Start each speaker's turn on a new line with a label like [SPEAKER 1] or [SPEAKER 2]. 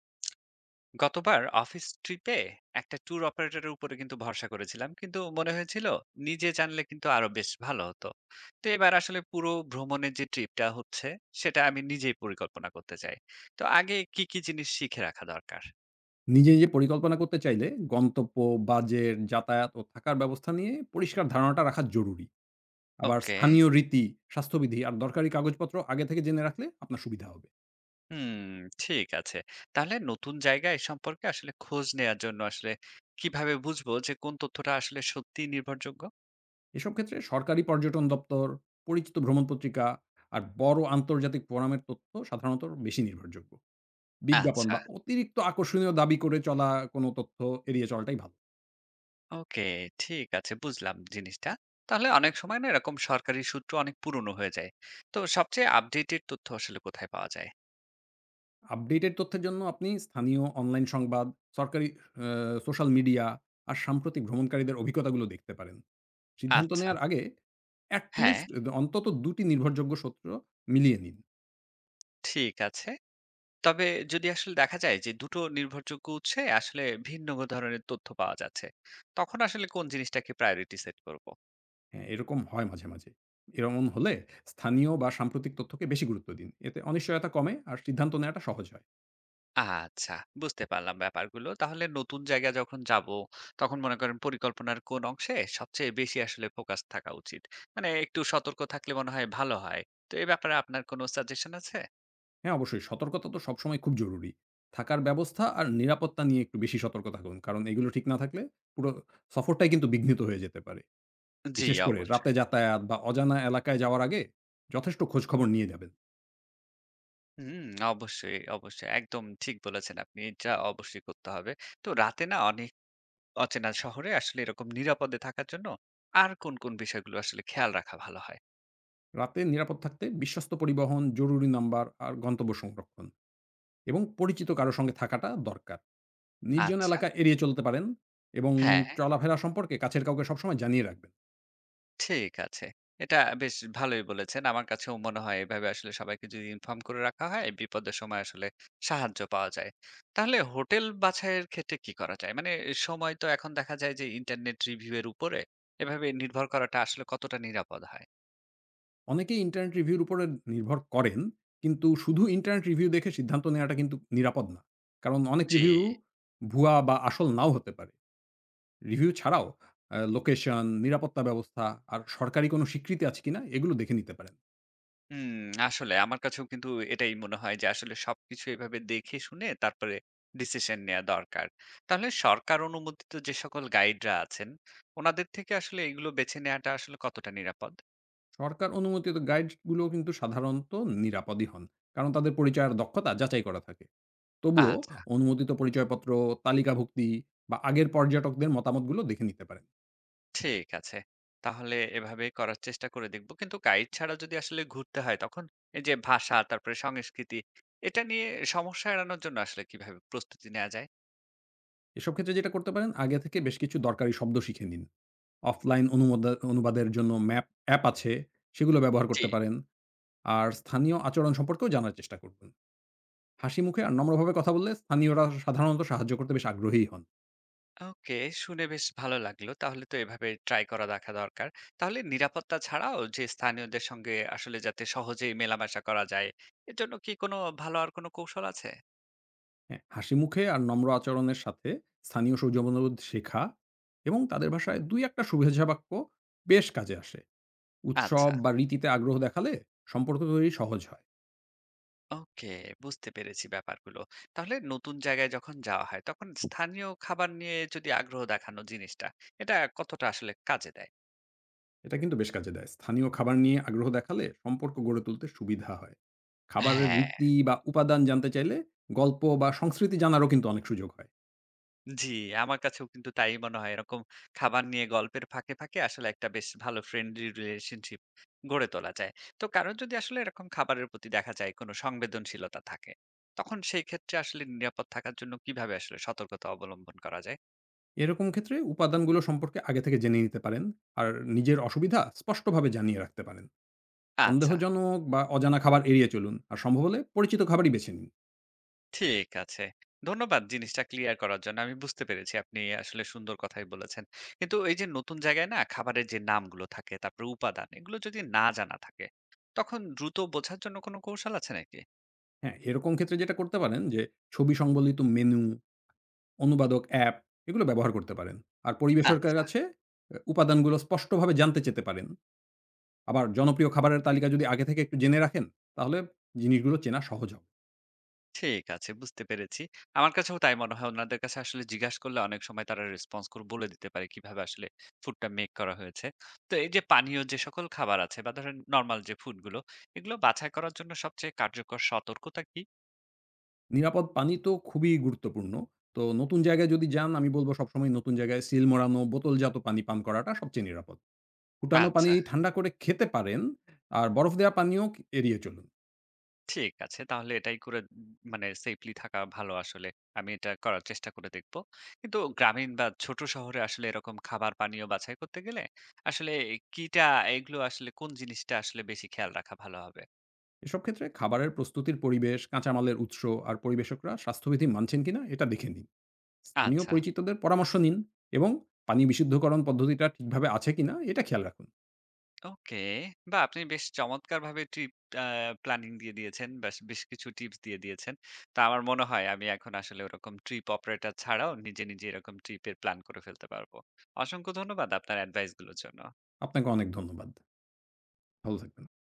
[SPEAKER 1] গতবার অফিস ট্রিপে একটা ট্যুর অপারেটরের উপরে কিন্তু ভরসা করেছিলাম, কিন্তু মনে হয়েছিল নিজে জানলে কিন্তু আরো বেশ ভালো হতো। তো এবার আসলে পুরো ভ্রমণের যে ট্রিপটা হচ্ছে সেটা আমি নিজেই পরিকল্পনা করতে চাই। তো আগে কি কি জিনিস শিখে রাখা দরকার?
[SPEAKER 2] নিজে পরিকল্পনা করতে চাইলে গন্তব্য, বাজেট, যাতায়াত ও থাকার ব্যবস্থা নিয়ে পরিষ্কার ধারণাটা রাখা জরুরি। আবার
[SPEAKER 1] ওকে।
[SPEAKER 2] স্থানীয় রীতি, স্বাস্থ্যবিধি আর দরকারি কাগজপত্র আগে থেকে জেনে রাখলে আপনার সুবিধা হবে।
[SPEAKER 1] হুম। ঠিক আছে। তাহলে নতুন জায়গা এই সম্পর্কে আসলে খোঁজ নেয়ার জন্য আসলে কিভাবে বুঝবো যে কোন তথ্যটা আসলে সত্যি নির্ভরযোগ্য?
[SPEAKER 2] এসব ক্ষেত্রে সরকারি পর্যটন দপ্তর, পরিচিত ভ্রমণ পত্রিকা আর বড় আন্তর্জাতিক ফোরামের তথ্য সাধারণত বেশি নির্ভরযোগ্য। বিজ্ঞাপন
[SPEAKER 1] আচ্ছা।
[SPEAKER 2] বা অতিরিক্ত আকর্ষণীয় দাবি করে চলা কোনো তথ্য এড়িয়ে চলাটাই ভালো।
[SPEAKER 1] ওকে, ঠিক আছে, বুঝলাম জিনিসটা। তাহলে অনেক সময় না এরকম সরকারি সূত্র অনেক পুরনো হয়ে যায়, তো সবচেয়ে আপডেটেড তথ্য আসলে কোথায় পাওয়া যায়?
[SPEAKER 2] আপডেটেড তথ্যের জন্য আপনি স্থানীয় অনলাইন সংবাদ, সরকারি আ সোশ্যাল মিডিয়া আর সাম্প্রতিক ভ্রমণকারীদের অভিজ্ঞতাগুলো দেখতে পারেন। সিদ্ধান্ত
[SPEAKER 1] আচ্ছা।
[SPEAKER 2] নেয়ার আগে এট
[SPEAKER 1] হ্যাঁ।
[SPEAKER 2] লিস্ট অন্তত ২ টি নির্ভরযোগ্য সূত্র মিলিয়ে নিন।
[SPEAKER 1] ঠিক আছে। তবে যদি আসলে দেখা যায় যে দুটো নির্ভরযোগ্য উৎসে আসলে ভিন্ন ধরনের তথ্য পাওয়া যাচ্ছে, তখন আসলে কোন জিনিসটাকে প্রায়োরিটি সেট করব?
[SPEAKER 2] হ্যাঁ, এরকম হয় মাঝে মাঝে। এরকম হলে স্থানীয় বা সাম্প্রতিক তথ্যকে বেশি গুরুত্ব দিন। এতে অনিশ্চয়তা কমে আর সিদ্ধান্ত নেওয়াটা সহজ হয়।
[SPEAKER 1] আচ্ছা, বুঝতে পারলাম ব্যাপারগুলো। তাহলে নতুন জায়গায় যখন যাবো, তখন মনে করেন পরিকল্পনার কোন অংশে সবচেয়ে বেশি আসলে ফোকাস থাকা উচিত? মানে একটু সতর্ক থাকলে মনে হয় ভালো হয়। তো এই ব্যাপারে আপনার কোনো সাজেশন আছে?
[SPEAKER 2] হ্যাঁ, অবশ্যই সতর্কতা তো সবসময় খুব জরুরি। থাকার ব্যবস্থা আর নিরাপত্তা নিয়ে একটু বেশি সতর্ক থাকুন। কারণ এগুলো ঠিক না থাকলে পুরো সফরটাই কিন্তু বিঘ্নিত হয়ে যেতে পারে।
[SPEAKER 1] জি,
[SPEAKER 2] বিশেষ করে রাতে
[SPEAKER 1] অবশ্যই।
[SPEAKER 2] যাতায়াত বা অজানা এলাকায় যাওয়ার আগে যথেষ্ট খোঁজখবর নিয়ে যাবেন।
[SPEAKER 1] হুম, অবশ্যই, অবশ্যই। একদম ঠিক বলেছেন আপনি। এটা অবশ্যই করতে হবে। তো রাতে না অনেক অচেনা শহরে আসলে এরকম নিরাপদে থাকার জন্য আর কোন বিষয়গুলো আসলে খেয়াল রাখা ভালো হয়?
[SPEAKER 2] রাতে নিরাপদ থাকতে বিশ্বস্ত পরিবহন, জরুরি নাম্বার আর গন্তব্য সংরক্ষণ। এবং পরিচিত কারো সঙ্গে থাকাটা দরকার। নির্জন
[SPEAKER 1] আচ্ছা,
[SPEAKER 2] এলাকা এড়িয়ে চলতে পারেন এবং
[SPEAKER 1] হ্যাঁ।
[SPEAKER 2] চলাফেরা সম্পর্কে কাছের কাউকে সবসময় জানিয়ে রাখবেন।
[SPEAKER 1] ঠিক আছে। এটা বেশ ভালোই বলেছেন। আমার কাছেও মনে হয় এভাবে আসলে সবাইকে যদি ইনফর্ম করে রাখা হয়, বিপদের সময় আসলে সাহায্য পাওয়া যায়। তাহলে হোটেল বাছাইয়ের ক্ষেত্রে কি করা যায়? মানে সময় তো এখন দেখা যায় যে ইন্টারনেট রিভিউ এর উপরে এভাবে নির্ভর করাটা আসলে কতটা নিরাপদ হয়?
[SPEAKER 2] অনেকেই ইন্টারনেট রিভিউর উপরে নির্ভর করেন, কিন্তু শুধু ইন্টারনেট রিভিউ দেখে সিদ্ধান্ত নেওয়াটা কিন্তু নিরাপদ না। কারণ অনেক
[SPEAKER 1] জি।
[SPEAKER 2] রিভিউ ভুয়া বা আসল নাও হতে পারে। রিভিউ ছাড়াও লোকেশন, নিরাপত্তা ব্যবস্থা আর সরকারি কোনো স্বীকৃতি আছে কিনা এগুলো দেখে নিতে পারেন।
[SPEAKER 1] হুম, আসলে আমার কাছেও কিন্তু এটাই মনে হয় যে আসলে সবকিছু এভাবে দেখে শুনে তারপরে ডিসিশন নেয়া দরকার। তাহলে সরকার অনুমোদিত যে সকল গাইডরা আছেন, ওনাদের থেকে আসলে এগুলো বেছে নেয়াটা আসলে কতটা নিরাপদ?
[SPEAKER 2] সরকার অনুমোদিত গাইড গুলোও কিন্তু সাধারণত নিরাপদই হন। কারণ তাদের পরিচয় আর দক্ষতা যাচাই করা থাকে। তবুও
[SPEAKER 1] আচ্ছা,
[SPEAKER 2] অনুমোদিত পরিচয়পত্র, তালিকাভুক্তি বা আগের পর্যটকদের মতামতগুলো দেখে নিতে পারেন।
[SPEAKER 1] ঠিক আছে। তাহলে এভাবেই করার চেষ্টা করে দেখব। কিন্তু গাইড ছাড়া যদি আসলে ঘুরতে হয় তখন এই যে ভাষা, তারপরে সংস্কৃতি এটা নিয়ে সমস্যা এড়ানোর জন্য আসলে কিভাবে প্রস্তুতি নেওয়া যায়?
[SPEAKER 2] এসব ক্ষেত্রে যেটা করতে পারেন, আগে থেকে বেশ কিছু দরকারি শব্দ শিখে নিন। অফলাইন অনুবাদের জন্য ম্যাপ অ্যাপ আছে, সেগুলো ব্যবহার
[SPEAKER 1] জি।
[SPEAKER 2] করতে পারেন। আর স্থানীয় আচরণ সম্পর্কেও জানার চেষ্টা করবেন। হাসি মুখে আর নম্রভাবে কথা বললে স্থানীয়রা সাধারণত সাহায্য করতে বেশ আগ্রহী হন।
[SPEAKER 1] ওকে, শুনে বেশ ভালো লাগলো। তাহলে তো এভাবে ট্রাই করা দেখা দরকার। তাহলে নিরাপত্তা ছাড়াও যে স্থানীয়দের সঙ্গে আসলে যাতে সহজেই মেলামেশা করা যায়, এর জন্য কি কোনো ভালো আর কোনো কৌশল আছে?
[SPEAKER 2] হ্যাঁ, হাসি মুখে আর নম্র আচরণের সাথে স্থানীয় সৌজন্যবোধ শেখা এবং তাদের ভাষায় ২-১ টা শুভেচ্ছা বাক্য বেশ কাজে আসে। উৎসব
[SPEAKER 1] আচ্ছা।
[SPEAKER 2] বা রীতিতে আগ্রহ দেখালে সম্পর্ক তৈরি সহজ হয়।
[SPEAKER 1] ওকে, বুঝতে পেরেছি ব্যাপারগুলো। তাহলে নতুন জায়গায় যখন যাওয়া হয়, তখন স্থানীয় খাবার নিয়ে যদি আগ্রহ দেখানো জিনিসটা, এটা কতটা আসলে কাজে দেয়?
[SPEAKER 2] এটা কিন্তু বেশ কাজে দেয়। স্থানীয় খাবার নিয়ে আগ্রহ দেখালে সম্পর্ক গড়ে তুলতে সুবিধা হয়। খাবারের
[SPEAKER 1] হ্যাঁ।
[SPEAKER 2] রীতি বা উপাদান জানতে চাইলে গল্প বা সংস্কৃতি জানারও কিন্তু অনেক সুযোগ হয়।
[SPEAKER 1] জি, আমার কাছেও কিন্তু তাই মনে হয়। এরকম খাবার নিয়ে গল্পের ফাঁকে আসলে একটা বেশ ভালো ফ্রেন্ডলি রিলেশনশিপ গড়ে তোলা যায়। তো কারো যদি আসলে এরকম খাবারের প্রতি দেখা যায় কোনো সংবেদনশীলতা থাকে, তখন সেই ক্ষেত্রে আসলে নিরাপদ থাকার জন্য কিভাবে আসলে সতর্কতা অবলম্বন করা যায়?
[SPEAKER 2] এরকম ক্ষেত্রে উপাদানগুলো সম্পর্কে আগে থেকে জেনে নিতে পারেন আর নিজের অসুবিধা স্পষ্টভাবে জানিয়ে রাখতে পারেন।
[SPEAKER 1] আচ্ছা।
[SPEAKER 2] সন্দেহজনক বা অজানা খাবার এড়িয়ে চলুন আর সম্ভব হলে পরিচিত খাবারই বেছে নিন।
[SPEAKER 1] ঠিক আছে। ধন্যবাদ জিনিসটা ক্লিয়ার করার জন্য। আমি বুঝতে পেরেছি আপনি আসলে সুন্দর কথাই বলেছেন। কিন্তু এই যে নতুন জায়গায় না খাবারের যে নামগুলো থাকে, তারপরে উপাদান এগুলো যদি না জানা থাকে, তখন দ্রুত বোঝার জন্য কোনো কৌশল আছে নাকি?
[SPEAKER 2] হ্যাঁ, এরকম ক্ষেত্রে যেটা করতে পারেন যে ছবি সংবলিত মেনু অনুবাদক অ্যাপ এগুলো ব্যবহার করতে পারেন। আর পরিবেশকের
[SPEAKER 1] আচ্ছা,
[SPEAKER 2] কাছে এ উপাদানগুলো স্পষ্টভাবে জানতে চেতে পারেন। আবার জনপ্রিয় খাবারের তালিকা যদি আগে থেকে একটু জেনে রাখেন, তাহলে জিনিসগুলো চেনা সহজ হবে।
[SPEAKER 1] ঠিক আছে, বুঝতে পেরেছি। আমার কাছেও তাই মনে হয় উনাদের কাছে আসলে জিজ্ঞাসা করলে অনেক সময় তারা রেসপন্স করে বলে দিতে পারে কিভাবে আসলে ফুডটা মেক করা হয়েছে। তো এই যে পানীয় যে সকল খাবার আছে বা ধরেন নরমাল যে ফুডগুলো, এগুলো বাছাই করার জন্য সবচেয়ে কার্যকর সতর্কতা কি?
[SPEAKER 2] নিরাপদ পানি তো খুবই গুরুত্বপূর্ণ। তো নতুন জায়গায় যদি যান আমি বলব সবসময় নতুন জায়গায় সিল মোড়ানো বোতলজাত পানি পান করাটা সবচেয়ে নিরাপদ। ফুটানো পানি
[SPEAKER 1] আচ্ছা।
[SPEAKER 2] ঠান্ডা করে খেতে পারেন, আর বরফ দেওয়া পানিও এড়িয়ে চলুন।
[SPEAKER 1] ঠিক আছে। তাহলে এটাই করে মানে সেফলি থাকা ভালো আসলে। আমি এটা করার চেষ্টা করে দেখব। কিন্তু গ্রামীণ বা ছোট শহরে আসলে এরকম খাবার পানীয় বাছাই করতে গেলে আসলে কিটা এগুলো আসলে কোন জিনিসটা আসলে বেশি খেয়াল রাখা ভালো হবে?
[SPEAKER 2] এসব ক্ষেত্রে খাবারের প্রস্তুতির পরিবেশ, কাঁচামালের উৎস আর পরিবেশকরা স্বাস্থ্যবিধি মানছেন কিনা এটা দেখে নিন। স্থানীয়
[SPEAKER 1] আচ্ছা।
[SPEAKER 2] পরিচিতদের পরামর্শ নিন এবং পানি বিশুদ্ধকরণ পদ্ধতিটা ঠিকভাবে আছে কিনা এটা খেয়াল রাখুন।
[SPEAKER 1] ওকে। বাহ! আপনি বেশ চমৎকারভাবে ট্রিপ আ প্ল্যানিং দিয়ে দিয়েছেন। বেশ কিছু টিপস দিয়ে দিয়েছেন। তো আমার মনে হয় আমি এখন আসলে ওরকম ট্রিপ অপারেটর ছাড়াও নিজে এরকম ট্রিপের প্ল্যান করে ফেলতে পারব। অসংখ্য ধন্যবাদ আপনার এডভাইস গুলোর জন্য।
[SPEAKER 2] আপনাকে অনেক ধন্যবাদ। ভালো থাকবেন।